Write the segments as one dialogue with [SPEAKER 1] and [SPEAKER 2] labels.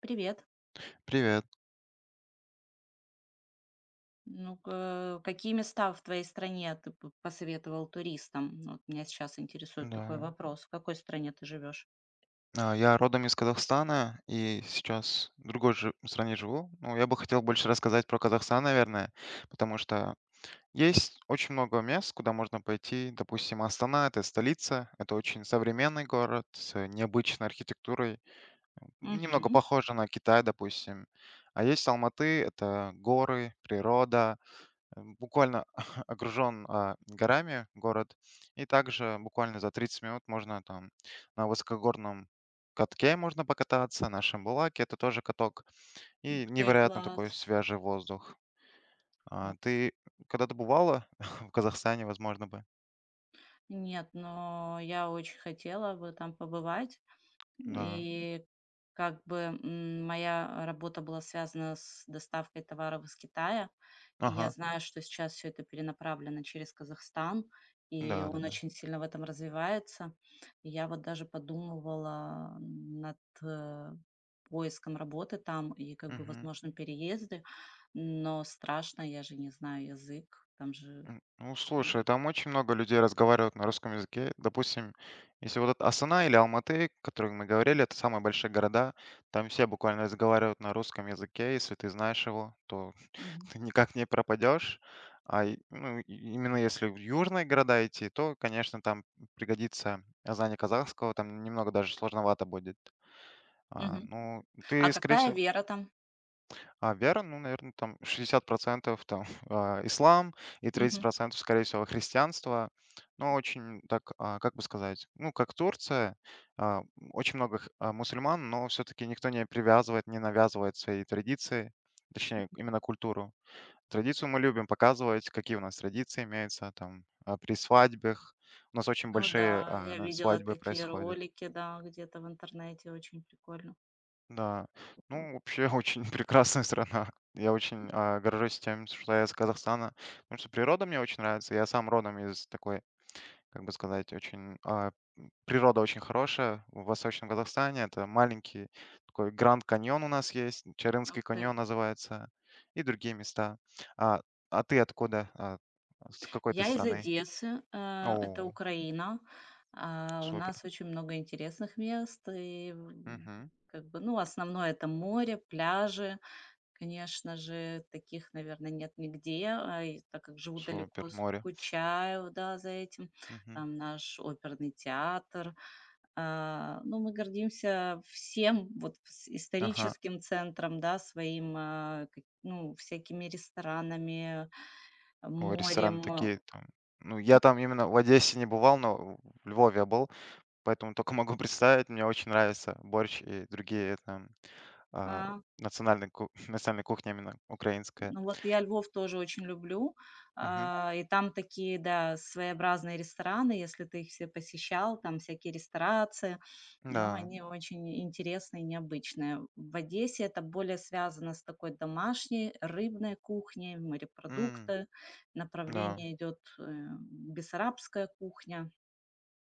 [SPEAKER 1] Привет.
[SPEAKER 2] Привет,
[SPEAKER 1] Какие места в твоей стране ты бы посоветовал туристам? Ну, Вот меня сейчас интересует такой
[SPEAKER 2] да.
[SPEAKER 1] вопрос. В какой стране ты живешь?
[SPEAKER 2] Я родом из Казахстана и сейчас в стране живу. Ну, я бы хотел больше рассказать про Казахстан, наверное, потому что есть очень много мест, куда можно пойти. Допустим, Астана— это столица, это очень современный город с необычной архитектурой, немного
[SPEAKER 1] Угу.
[SPEAKER 2] похоже на Китай, допустим. А есть Алматы— это горы, природа, буквально окружен горами город. И также буквально за 30 минут можно там на высокогорном катке можно покататься, на Шамбулаке это тоже каток. И
[SPEAKER 1] Ух ты,
[SPEAKER 2] невероятно
[SPEAKER 1] класс,
[SPEAKER 2] такой свежий воздух.
[SPEAKER 1] класс.
[SPEAKER 2] Ты когда-то бывала в Казахстане, возможно бы?
[SPEAKER 1] Нет, но я очень хотела бы там побывать.
[SPEAKER 2] Да.
[SPEAKER 1] И как бы, моя работа была связана с доставкой товаров из Китая. И я
[SPEAKER 2] Ага.
[SPEAKER 1] знаю, что сейчас все это перенаправлено через Казахстан, и он
[SPEAKER 2] Да-да-да.
[SPEAKER 1] очень сильно в этом развивается. И я вот даже подумывала над, поиском работы там и, как бы,
[SPEAKER 2] Мгм.
[SPEAKER 1] возможном переезде, но страшно, я же не знаю язык, там же.
[SPEAKER 2] Ну, слушай, там очень много людей разговаривают на русском языке. Допустим, если вот это Астана или Алматы, о которых мы говорили, это самые большие города, там все буквально разговаривают на русском языке. Если ты знаешь его, то
[SPEAKER 1] Мгм.
[SPEAKER 2] ты никак не пропадешь. Именно если в южные города идти, то, конечно, там пригодится знание казахского, там немного даже сложновато будет. А,
[SPEAKER 1] Мгм.
[SPEAKER 2] ну,
[SPEAKER 1] А
[SPEAKER 2] ты, скорее
[SPEAKER 1] какая
[SPEAKER 2] всего,
[SPEAKER 1] вера там?
[SPEAKER 2] а вера, ну, наверное там 60% там, ислам и тридцать
[SPEAKER 1] Мгм.
[SPEAKER 2] процентов скорее всего, христианство. Но очень так, как бы сказать, ну, как Турция, а, очень много мусульман, но все таки никто не привязывает, не навязывает свои традиции, точнее, именно культуру. Традицию мы любим показывать, какие у нас традиции имеются там, при свадьбах. У нас очень
[SPEAKER 1] Ну
[SPEAKER 2] большие,
[SPEAKER 1] да, я видела
[SPEAKER 2] свадьбы
[SPEAKER 1] такие
[SPEAKER 2] происходят.
[SPEAKER 1] ролики, да, где-то в интернете, очень прикольно.
[SPEAKER 2] Да.
[SPEAKER 1] Вот.
[SPEAKER 2] Ну, вообще очень прекрасная страна. Я очень горжусь тем, что я из Казахстана, потому что природа мне очень нравится. Я сам родом из такой, как бы сказать, очень, природа очень хорошая в Восточном Казахстане. Это маленький такой Гранд Каньон у нас есть, Чарынский
[SPEAKER 1] Ух ты.
[SPEAKER 2] каньон называется, и другие места. А, а ты откуда? С какой ты
[SPEAKER 1] Я из
[SPEAKER 2] страны?
[SPEAKER 1] Одессы, это
[SPEAKER 2] О,
[SPEAKER 1] Украина. А, у
[SPEAKER 2] супер.
[SPEAKER 1] нас очень много интересных мест, и
[SPEAKER 2] Мгм.
[SPEAKER 1] как бы, ну, основное это море, пляжи. Конечно же, таких, наверное, нет нигде, а, и так как живу
[SPEAKER 2] Супер,
[SPEAKER 1] далеко,
[SPEAKER 2] море.
[SPEAKER 1] скучаю, да, за этим.
[SPEAKER 2] Мгм.
[SPEAKER 1] Там наш оперный театр. А, ну, мы гордимся всем, вот с
[SPEAKER 2] Ага.
[SPEAKER 1] историческим центром, да, своим, а, к ну, всякими ресторанами,
[SPEAKER 2] Ой, рестораны
[SPEAKER 1] морем.
[SPEAKER 2] такие там. Ну, я там именно в Одессе не бывал, но в Львове я был, поэтому только могу представить. Мне очень нравится борщ и другие там а,
[SPEAKER 1] А.
[SPEAKER 2] национальная кухня именно украинская.
[SPEAKER 1] Ну вот я Львов тоже очень люблю,
[SPEAKER 2] Мгм.
[SPEAKER 1] а, и там такие, да, своеобразные рестораны, если ты их все посещал, там всякие ресторации, но
[SPEAKER 2] Да.
[SPEAKER 1] они очень интересные необычные. В Одессе это более связано с такой домашней рыбной кухней,
[SPEAKER 2] М,
[SPEAKER 1] морепродукты,
[SPEAKER 2] Да.
[SPEAKER 1] направление идет бессарабская кухня,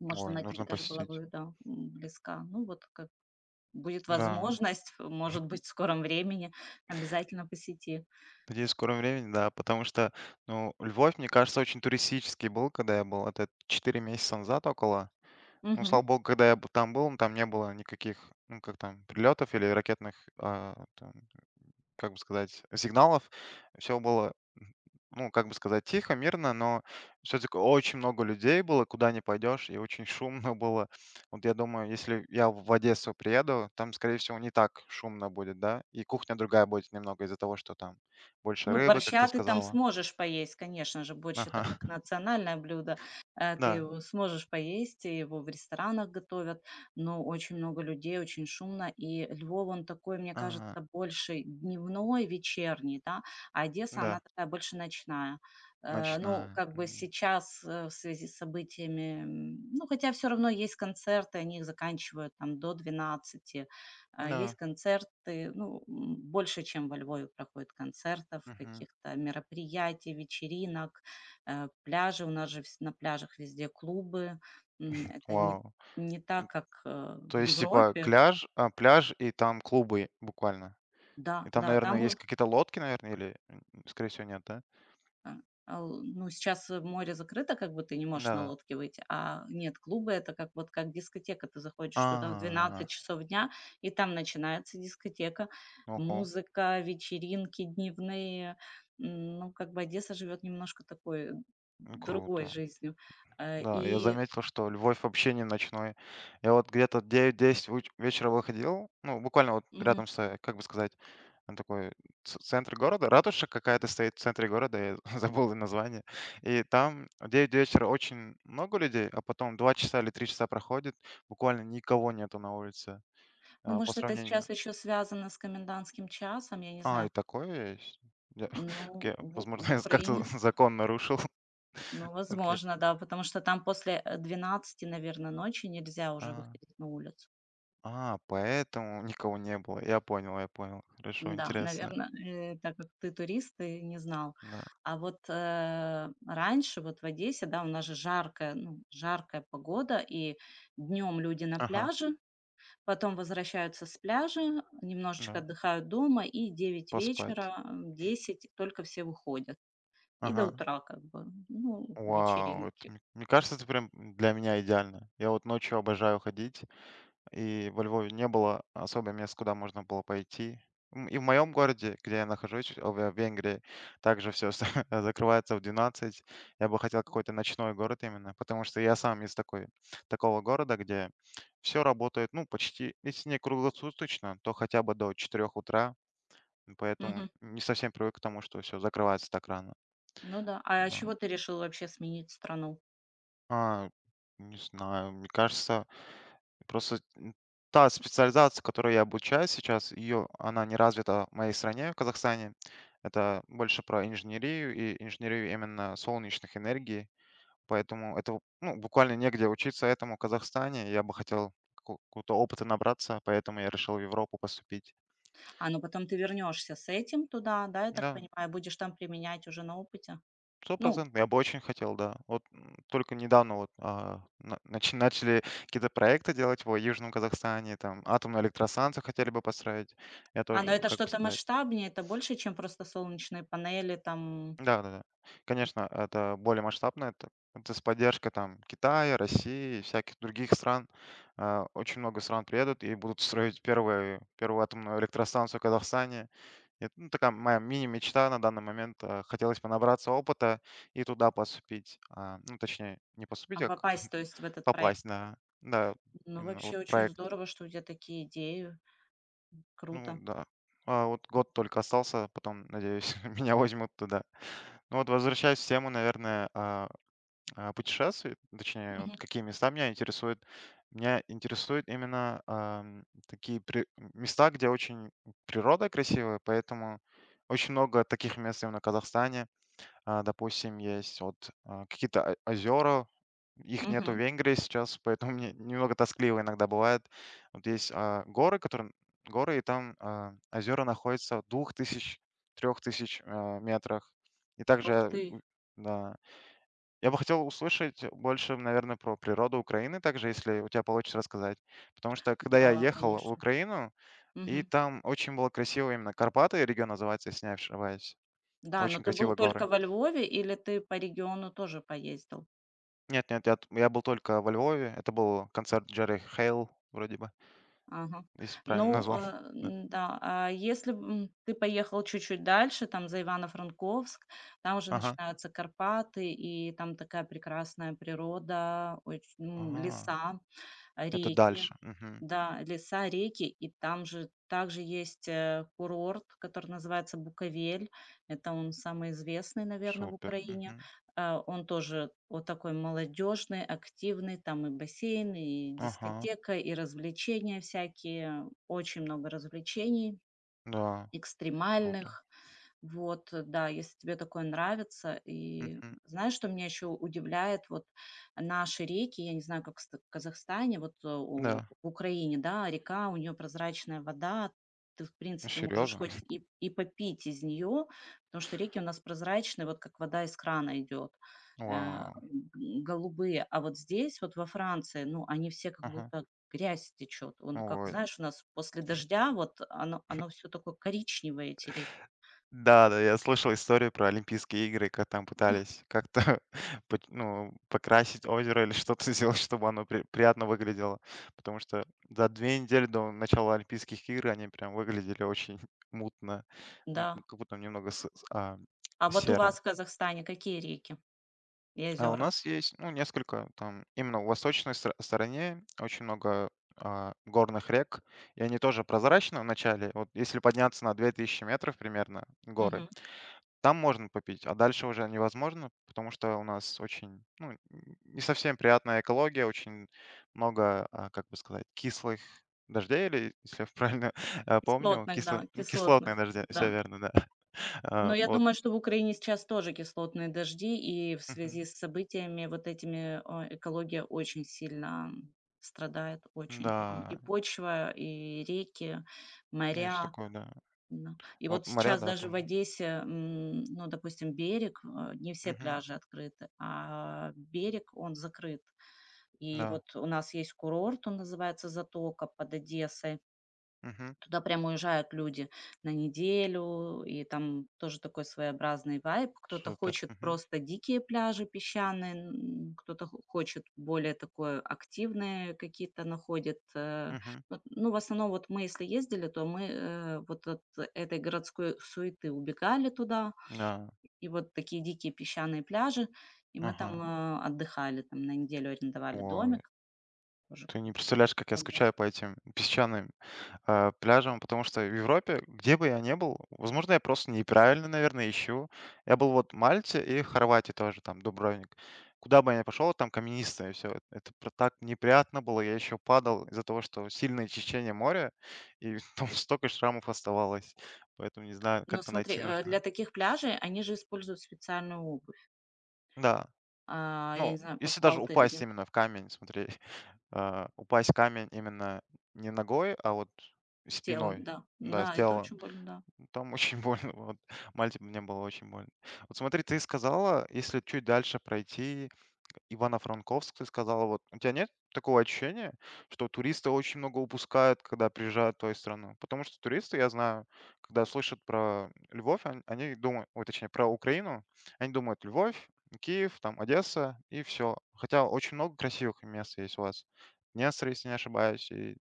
[SPEAKER 1] может,
[SPEAKER 2] Ой,
[SPEAKER 1] она тебе
[SPEAKER 2] нужно
[SPEAKER 1] даже была
[SPEAKER 2] посетить.
[SPEAKER 1] бы, да, близка. Ну вот как будет
[SPEAKER 2] Да.
[SPEAKER 1] возможность, может быть, в скором времени обязательно посети.
[SPEAKER 2] Надеюсь, в скором времени, да, потому что, ну, Львов, мне кажется, очень туристический был, когда я был, это 4 месяца назад около. Ну, слава
[SPEAKER 1] Мгм.
[SPEAKER 2] богу, когда там был, там не было никаких, ну, как там, прилетов или ракетных как бы сказать, сигналов. Все было, ну, как бы сказать, тихо, мирно, но все таки очень много людей было, куда не пойдешь, и очень шумно было. Вот я думаю, если я в Одессу приеду, там, скорее всего, не так шумно будет, да? И кухня другая будет немного из-за того, что там больше
[SPEAKER 1] Ну,
[SPEAKER 2] рыбы, как
[SPEAKER 1] борща
[SPEAKER 2] ты
[SPEAKER 1] ты там
[SPEAKER 2] сказала.
[SPEAKER 1] сможешь поесть, конечно же, борщ — это
[SPEAKER 2] Ага,
[SPEAKER 1] как национальное блюдо. Ты
[SPEAKER 2] да,
[SPEAKER 1] его сможешь поесть, и его в ресторанах готовят, но очень много людей, очень шумно. И Львов, он такой, мне
[SPEAKER 2] ага,
[SPEAKER 1] кажется, больше дневной, вечерний, да, а Одесса, она
[SPEAKER 2] да,
[SPEAKER 1] такая больше ночная. Ну,
[SPEAKER 2] ночная.
[SPEAKER 1] как бы сейчас в связи с событиями, ну, хотя все равно есть концерты, они их заканчивают там до двенадцати. А, есть
[SPEAKER 2] Да,
[SPEAKER 1] концерты, ну, больше, чем во Львове проходит концертов,
[SPEAKER 2] мгм.
[SPEAKER 1] каких-то мероприятий, вечеринок, пляжи. У нас же вс на пляжах везде клубы. Это не
[SPEAKER 2] Вау.
[SPEAKER 1] не так, как, в
[SPEAKER 2] То есть, типа,
[SPEAKER 1] Европе.
[SPEAKER 2] пляж и там клубы буквально?
[SPEAKER 1] Да,
[SPEAKER 2] И там,
[SPEAKER 1] да,
[SPEAKER 2] наверное,
[SPEAKER 1] там
[SPEAKER 2] есть
[SPEAKER 1] у.
[SPEAKER 2] какие-то лодки, наверное, или, скорее всего, нет, да?
[SPEAKER 1] А, ал ну, сейчас, море закрыто, как бы ты не можешь на
[SPEAKER 2] Да-да.
[SPEAKER 1] лодке выйти, а нет, клубы — это как вот как дискотека. Ты заходишь
[SPEAKER 2] А,
[SPEAKER 1] туда в 12 часов дня, и там начинается дискотека,
[SPEAKER 2] Ого,
[SPEAKER 1] музыка, вечеринки дневные. Ну, как бы Одесса живет немножко такой,
[SPEAKER 2] ну
[SPEAKER 1] другой
[SPEAKER 2] круто.
[SPEAKER 1] жизнью. Э,
[SPEAKER 2] Да, я
[SPEAKER 1] и
[SPEAKER 2] заметил, что Львов вообще не ночной. Я вот где-то девять-десять уч вечера выходил, ну, буквально вот
[SPEAKER 1] мгм.
[SPEAKER 2] рядом с, как бы сказать, э, такой ц центр города, ратуша какая-то стоит в центре города, я забыл название. И там в 9 вечера очень много людей, а потом 2 часа или 3 часа проходит, буквально никого нету на улице,
[SPEAKER 1] Ну,
[SPEAKER 2] а, по
[SPEAKER 1] может, это
[SPEAKER 2] сравнению
[SPEAKER 1] сейчас еще связано с комендантским часом, я не знаю.
[SPEAKER 2] И такое есть? Я
[SPEAKER 1] Ну,
[SPEAKER 2] окей,
[SPEAKER 1] в
[SPEAKER 2] возможно, я как-то
[SPEAKER 1] Украине.
[SPEAKER 2] закон нарушил.
[SPEAKER 1] Ну,
[SPEAKER 2] Окей.
[SPEAKER 1] возможно, да, потому что там после, 12, наверно, ночи нельзя уже
[SPEAKER 2] А,
[SPEAKER 1] выходить на улицу.
[SPEAKER 2] Поэтому никого не было. Я понял, я понял. Хорошо,
[SPEAKER 1] Да,
[SPEAKER 2] интересно.
[SPEAKER 1] наверное, так как ты турист, ты не знал.
[SPEAKER 2] Да.
[SPEAKER 1] А вот, раньше вот в Одессе, да, у нас же жаркая, ну, жаркая погода, и днем люди на
[SPEAKER 2] Ага,
[SPEAKER 1] пляже, потом возвращаются с пляжа, немножечко
[SPEAKER 2] да.
[SPEAKER 1] отдыхают дома, и 9
[SPEAKER 2] Поспать.
[SPEAKER 1] вечера, 10 только все выходят. И до
[SPEAKER 2] Ага.
[SPEAKER 1] утра как бы, ну,
[SPEAKER 2] Вау, это
[SPEAKER 1] вечеринки.
[SPEAKER 2] мне мне кажется, это прям для меня идеально. Я вот ночью обожаю ходить. И во Львове не было особо мест, куда можно было пойти. И в моем городе, где я нахожусь, в Венгрии, также все закрывается в 12. Я бы хотел какой-то ночной город именно, потому что я сам из такой, такого города, где все работает, ну, почти, если не круглосуточно, то хотя бы до 4 утра. Поэтому не совсем привык к тому, что все закрывается так рано.
[SPEAKER 1] Ну да. А
[SPEAKER 2] Да.
[SPEAKER 1] чего ты решил вообще сменить страну?
[SPEAKER 2] А, Не знаю, мне кажется, просто, та специализация, которой я обучаюсь сейчас, ее она не развита в моей стране, в Казахстане. Это больше про инженерию и инженерию именно солнечных энергий. Поэтому это, ну, буквально негде учиться этому в Казахстане. Я бы хотел какого-то опыта набраться, поэтому я решил в Европу поступить.
[SPEAKER 1] А, ну потом ты вернешься с этим туда, да, я так
[SPEAKER 2] Да.
[SPEAKER 1] понимаю, будешь там применять уже на опыте? Ну,
[SPEAKER 2] Стопроцентно, я бы очень хотел, да. Только недавно начали какие-то проекты делать в Южном Казахстане, там атомную электростанцию хотели бы построить. Я
[SPEAKER 1] а, но
[SPEAKER 2] тоже,
[SPEAKER 1] это
[SPEAKER 2] как бы
[SPEAKER 1] что-то
[SPEAKER 2] сказать.
[SPEAKER 1] масштабнее, это больше, чем просто солнечные панели, там,
[SPEAKER 2] Да, да, да. Конечно, это более масштабно, это с поддержкой там Китая, России и всяких других стран. Очень много стран приедут и будут строить первую атомную электростанцию в Казахстане. Это, ну, такая моя мини-мечта на данный момент. Э, хотелось бы набраться опыта и туда поступить. А, ну, точнее, не
[SPEAKER 1] а
[SPEAKER 2] поступить, а как
[SPEAKER 1] попасть, то есть, в этот проект.
[SPEAKER 2] попасть на, да,
[SPEAKER 1] Ну,
[SPEAKER 2] именно вот
[SPEAKER 1] вообще очень
[SPEAKER 2] проект.
[SPEAKER 1] здорово, что у тебя такие идеи.
[SPEAKER 2] Ну,
[SPEAKER 1] Круто.
[SPEAKER 2] да. Вот год только остался, потом, надеюсь, меня возьмут туда. Ну, вот возвращаясь в тему, наверное, путешествий, точнее,
[SPEAKER 1] Мгм.
[SPEAKER 2] вот какие места меня интересуют. Меня интересуют именно такие места, где очень природа красивая, поэтому очень много таких мест именно в Казахстане. Допустим, есть вот какие-то озера, их нету в
[SPEAKER 1] Мгм.
[SPEAKER 2] Венгрии сейчас, поэтому мне немного тоскливо иногда бывает. Вот есть горы, и там озера находятся в 2000, 3000 метрах. И
[SPEAKER 1] Ух
[SPEAKER 2] также,
[SPEAKER 1] ты.
[SPEAKER 2] у- да, я бы хотел услышать больше, наверное, про природу Украины, также, если у тебя получится рассказать. Потому что, когда я
[SPEAKER 1] Да,
[SPEAKER 2] ехал в
[SPEAKER 1] конечно.
[SPEAKER 2] Украину, и
[SPEAKER 1] Мгм.
[SPEAKER 2] там очень было красиво именно Карпаты, регион называется, если не ошибаюсь.
[SPEAKER 1] Да, но
[SPEAKER 2] Очень
[SPEAKER 1] ты был
[SPEAKER 2] красивые
[SPEAKER 1] только
[SPEAKER 2] горы.
[SPEAKER 1] во Львове или ты по региону тоже поездил?
[SPEAKER 2] Нет, нет, я был только во Львове. Это был концерт Джерри Хейл вроде бы,
[SPEAKER 1] Ага.
[SPEAKER 2] если правильно
[SPEAKER 1] Ну,
[SPEAKER 2] назвал. Да.
[SPEAKER 1] н- да, а если б, ты поехал чуть-чуть дальше, там за Ивано-Франковск, там уже
[SPEAKER 2] Ага.
[SPEAKER 1] начинаются Карпаты, и там такая прекрасная природа, оч- ну,
[SPEAKER 2] А,
[SPEAKER 1] леса,
[SPEAKER 2] это
[SPEAKER 1] реки.
[SPEAKER 2] дальше. Мгм.
[SPEAKER 1] Да, леса, реки, и там же также есть, курорт, который называется Буковель. Это он самый известный, наверное, в
[SPEAKER 2] Супер.
[SPEAKER 1] Украине.
[SPEAKER 2] Мгм.
[SPEAKER 1] Он тоже вот такой молодежный, активный. Там и бассейн, и
[SPEAKER 2] Ага.
[SPEAKER 1] дискотека, и развлечения всякие. Очень много развлечений
[SPEAKER 2] Да, круто.
[SPEAKER 1] экстремальных. Вот, да, если тебе такое нравится. И
[SPEAKER 2] Мгм.
[SPEAKER 1] знаешь, что меня еще удивляет? Вот наши реки, я не знаю, как в Ста- Казахстане, вот у-
[SPEAKER 2] Да.
[SPEAKER 1] в Украине, да, река, у нее прозрачная вода, ты, в
[SPEAKER 2] Ну,
[SPEAKER 1] принципе, можешь
[SPEAKER 2] серьезно?
[SPEAKER 1] хоть и попить из нее, потому что реки у нас прозрачные, вот как вода из крана идет, э,
[SPEAKER 2] Вау.
[SPEAKER 1] г- голубые. А вот здесь, вот во Франции, ну, они все как
[SPEAKER 2] Ага.
[SPEAKER 1] будто грязь течет. Он, как
[SPEAKER 2] Ой.
[SPEAKER 1] знаешь, у нас после дождя вот оно все такое коричневое, эти реки.
[SPEAKER 2] Да, да, я слышал историю про Олимпийские игры, как там пытались как-то ну, покрасить озеро или что-то сделать, чтобы оно приятно выглядело. Потому что за 2 недели до начала Олимпийских игр они прям выглядели очень мутно,
[SPEAKER 1] Да.
[SPEAKER 2] как будто немного
[SPEAKER 1] А вот у вас
[SPEAKER 2] серо.
[SPEAKER 1] в Казахстане какие реки и
[SPEAKER 2] А у
[SPEAKER 1] озера?
[SPEAKER 2] нас есть, ну, несколько там, именно в стороне очень много горных рек, и они тоже прозрачны вначале. Вот если подняться на 2000 метров примерно горы,
[SPEAKER 1] Мгм.
[SPEAKER 2] там можно попить, а дальше уже невозможно, потому что у нас очень, не совсем приятная экология, очень много, как бы сказать, кислых дождей, или, если я правильно помню,
[SPEAKER 1] Кислотных, да,
[SPEAKER 2] ну, кислотные
[SPEAKER 1] кислотных,
[SPEAKER 2] дожди,
[SPEAKER 1] да.
[SPEAKER 2] все верно, да.
[SPEAKER 1] Но я
[SPEAKER 2] Вот,
[SPEAKER 1] думаю, что в Украине сейчас тоже кислотные дожди, и в
[SPEAKER 2] мгм.
[SPEAKER 1] связи с событиями вот этими а, экология очень сильно страдает, очень прям. И
[SPEAKER 2] Да,
[SPEAKER 1] почва, и реки,
[SPEAKER 2] есть
[SPEAKER 1] моря.
[SPEAKER 2] такое, да.
[SPEAKER 1] Да. И
[SPEAKER 2] Вот
[SPEAKER 1] вот
[SPEAKER 2] моря,
[SPEAKER 1] сейчас
[SPEAKER 2] да,
[SPEAKER 1] даже в
[SPEAKER 2] тоже.
[SPEAKER 1] Одессе, ну, допустим, берег, а, не все
[SPEAKER 2] Мгм.
[SPEAKER 1] пляжи открыты, а берег, он закрыт. И
[SPEAKER 2] Да,
[SPEAKER 1] вот у нас есть курорт, он называется Затока под Одессой.
[SPEAKER 2] мгм.
[SPEAKER 1] Туда прям уезжают люди на неделю, и там тоже такой своеобразный вайб. Кто-то
[SPEAKER 2] Супер.
[SPEAKER 1] хочет
[SPEAKER 2] Мгм.
[SPEAKER 1] просто дикие пляжи песчаные, н- кто-то хо- хочет более такое активные какие-то находит.
[SPEAKER 2] Мгм.
[SPEAKER 1] Вот. Ну, в основном вот мы, если ездили, то мы вот от этой городской суеты убегали туда,
[SPEAKER 2] Да,
[SPEAKER 1] и вот такие дикие песчаные пляжи, и мы там
[SPEAKER 2] ага.
[SPEAKER 1] отдыхали, там на неделю арендовали
[SPEAKER 2] Ой,
[SPEAKER 1] домик. Тоже
[SPEAKER 2] ты
[SPEAKER 1] как
[SPEAKER 2] не
[SPEAKER 1] бы
[SPEAKER 2] представляешь, как я
[SPEAKER 1] понравился.
[SPEAKER 2] скучаю по этим песчаным пляжам, потому что в Европе, где бы я не был, возможно, я просто неправильно, наверное, ищу. Я был вот в Мальте и Хорватии тоже, там, Дубровник. Куда бы я ни пошел, там каменистое все. Это так неприятно было. Я еще падал из-за того, что сильное течение моря, и там столько шрамов оставалось. Поэтому, не знаю,
[SPEAKER 1] Но
[SPEAKER 2] как-то
[SPEAKER 1] смотри,
[SPEAKER 2] найти нужно.
[SPEAKER 1] для таких пляжей они же используют специальную обувь.
[SPEAKER 2] Да,
[SPEAKER 1] А, я
[SPEAKER 2] ну,
[SPEAKER 1] не знаю,
[SPEAKER 2] если даже
[SPEAKER 1] покупал ты или
[SPEAKER 2] упасть
[SPEAKER 1] нет.
[SPEAKER 2] именно в камень, смотри, упасть в камень именно не ногой, а вот
[SPEAKER 1] Телом,
[SPEAKER 2] спиной,
[SPEAKER 1] да.
[SPEAKER 2] да, с
[SPEAKER 1] Да, это
[SPEAKER 2] тела.
[SPEAKER 1] очень больно, да.
[SPEAKER 2] Там очень больно, вот. Мальте мне было очень больно. Вот смотри, ты сказала, если чуть дальше пройти, Ивано-Франковск, ты сказала, вот у тебя нет такого ощущения, что туристы очень много упускают, когда приезжают в твою страну? Потому что туристы, я знаю, когда слышат про Львов, они думают, ой, точнее, про Украину, они думают Львов, Киев, там Одесса и все. Хотя очень много красивых мест есть у вас. Днестр, если не ошибаюсь, и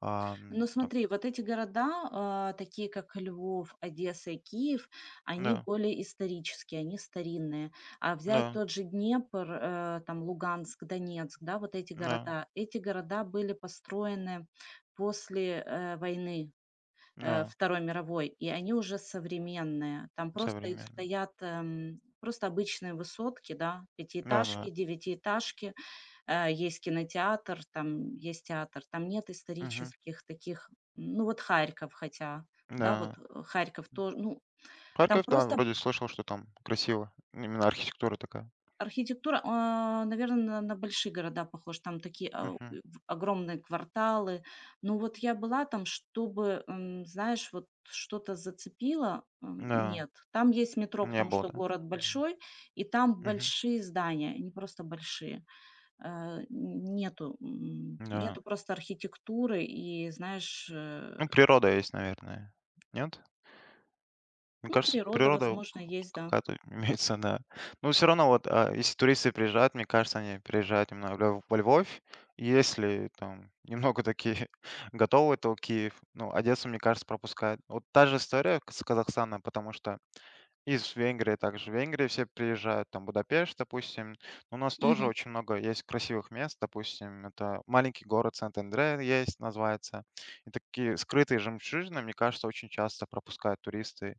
[SPEAKER 2] ам,
[SPEAKER 1] Но
[SPEAKER 2] так,
[SPEAKER 1] смотри, вот эти города, а, такие как Львов, Одесса и Киев, они
[SPEAKER 2] да,
[SPEAKER 1] более исторические, они старинные. А взять
[SPEAKER 2] да,
[SPEAKER 1] тот же Днепр, там Луганск, Донецк, да, вот
[SPEAKER 2] да,
[SPEAKER 1] эти города были построены после, войны.
[SPEAKER 2] да,
[SPEAKER 1] Второй мировой, и они уже современные. Там просто и
[SPEAKER 2] современно.
[SPEAKER 1] стоят, просто обычные высотки, да, пятиэтажки,
[SPEAKER 2] Да-да.
[SPEAKER 1] девятиэтажки, есть кинотеатр, там есть театр, там нет
[SPEAKER 2] Мгм.
[SPEAKER 1] исторических таких, ну вот Харьков хотя, да, вот
[SPEAKER 2] Да.
[SPEAKER 1] Харьков тоже, ну там
[SPEAKER 2] Харьков, да,
[SPEAKER 1] просто
[SPEAKER 2] вроде слышал, что там красиво. Именно архитектура такая.
[SPEAKER 1] архитектура, наверное, на большие города похожа. Там такие, а,
[SPEAKER 2] Мгм.
[SPEAKER 1] в огромные кварталы. Но вот я была там, чтобы, знаешь, вот что-то зацепило,
[SPEAKER 2] Да.
[SPEAKER 1] нет. Там есть метро,
[SPEAKER 2] Не
[SPEAKER 1] потому
[SPEAKER 2] было,
[SPEAKER 1] что
[SPEAKER 2] да?
[SPEAKER 1] город
[SPEAKER 2] Мгм.
[SPEAKER 1] большой, и там
[SPEAKER 2] Мгм.
[SPEAKER 1] большие здания, не просто большие. Э, нету,
[SPEAKER 2] Да.
[SPEAKER 1] нету просто архитектуры и, знаешь,
[SPEAKER 2] Ну, природа есть, наверное. Нет? Мне
[SPEAKER 1] ну,
[SPEAKER 2] кажется,
[SPEAKER 1] природа,
[SPEAKER 2] природа
[SPEAKER 1] возможно, есть, да.
[SPEAKER 2] какая-то имеется, да. Но все равно вот, если туристы приезжают, мне кажется, они приезжают именно в Лев во Львов. И если там немного такие готовые, то Киев, ну, Одессу, мне кажется, пропускают. Вот та же история с Казахстаном, потому что из Венгрии также. В Венгрии все приезжают, там Будапешт, допустим. У нас тоже
[SPEAKER 1] Мгм.
[SPEAKER 2] очень много есть красивых мест, допустим, это маленький город Сент-Андре есть, называется. И такие скрытые жемчужины, мне кажется, очень часто пропускают туристы.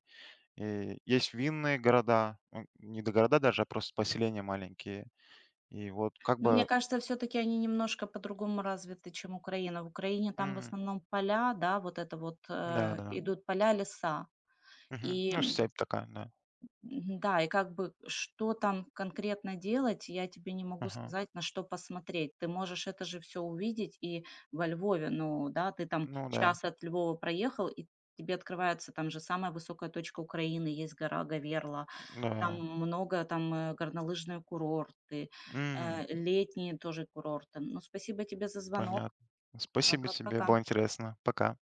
[SPEAKER 2] И есть винные города, не до города даже, а просто поселения маленькие. И вот как
[SPEAKER 1] Но мне
[SPEAKER 2] бы,
[SPEAKER 1] кажется, все-таки они немножко по-другому развиты, чем Украина. В Украине там в
[SPEAKER 2] м,
[SPEAKER 1] основном поля, да, вот это вот
[SPEAKER 2] да-да,
[SPEAKER 1] идут поля, леса.
[SPEAKER 2] мгм. Ну,
[SPEAKER 1] И
[SPEAKER 2] степь такая, да.
[SPEAKER 1] мгм, да, и как бы что там конкретно делать, я тебе не могу
[SPEAKER 2] Ага.
[SPEAKER 1] сказать, на что посмотреть. Ты можешь это же все увидеть и во Львове, ну да, ты там
[SPEAKER 2] Ну да,
[SPEAKER 1] час от Львова проехал, и тебе открывается там же самая высокая точка Украины, есть гора Гаверла, там
[SPEAKER 2] да.
[SPEAKER 1] много там горнолыжные курорты,
[SPEAKER 2] М,
[SPEAKER 1] летние тоже курорты. Ну, спасибо тебе за звонок.
[SPEAKER 2] Понятно. Спасибо тебе,
[SPEAKER 1] Пока-пока.
[SPEAKER 2] было интересно. Пока.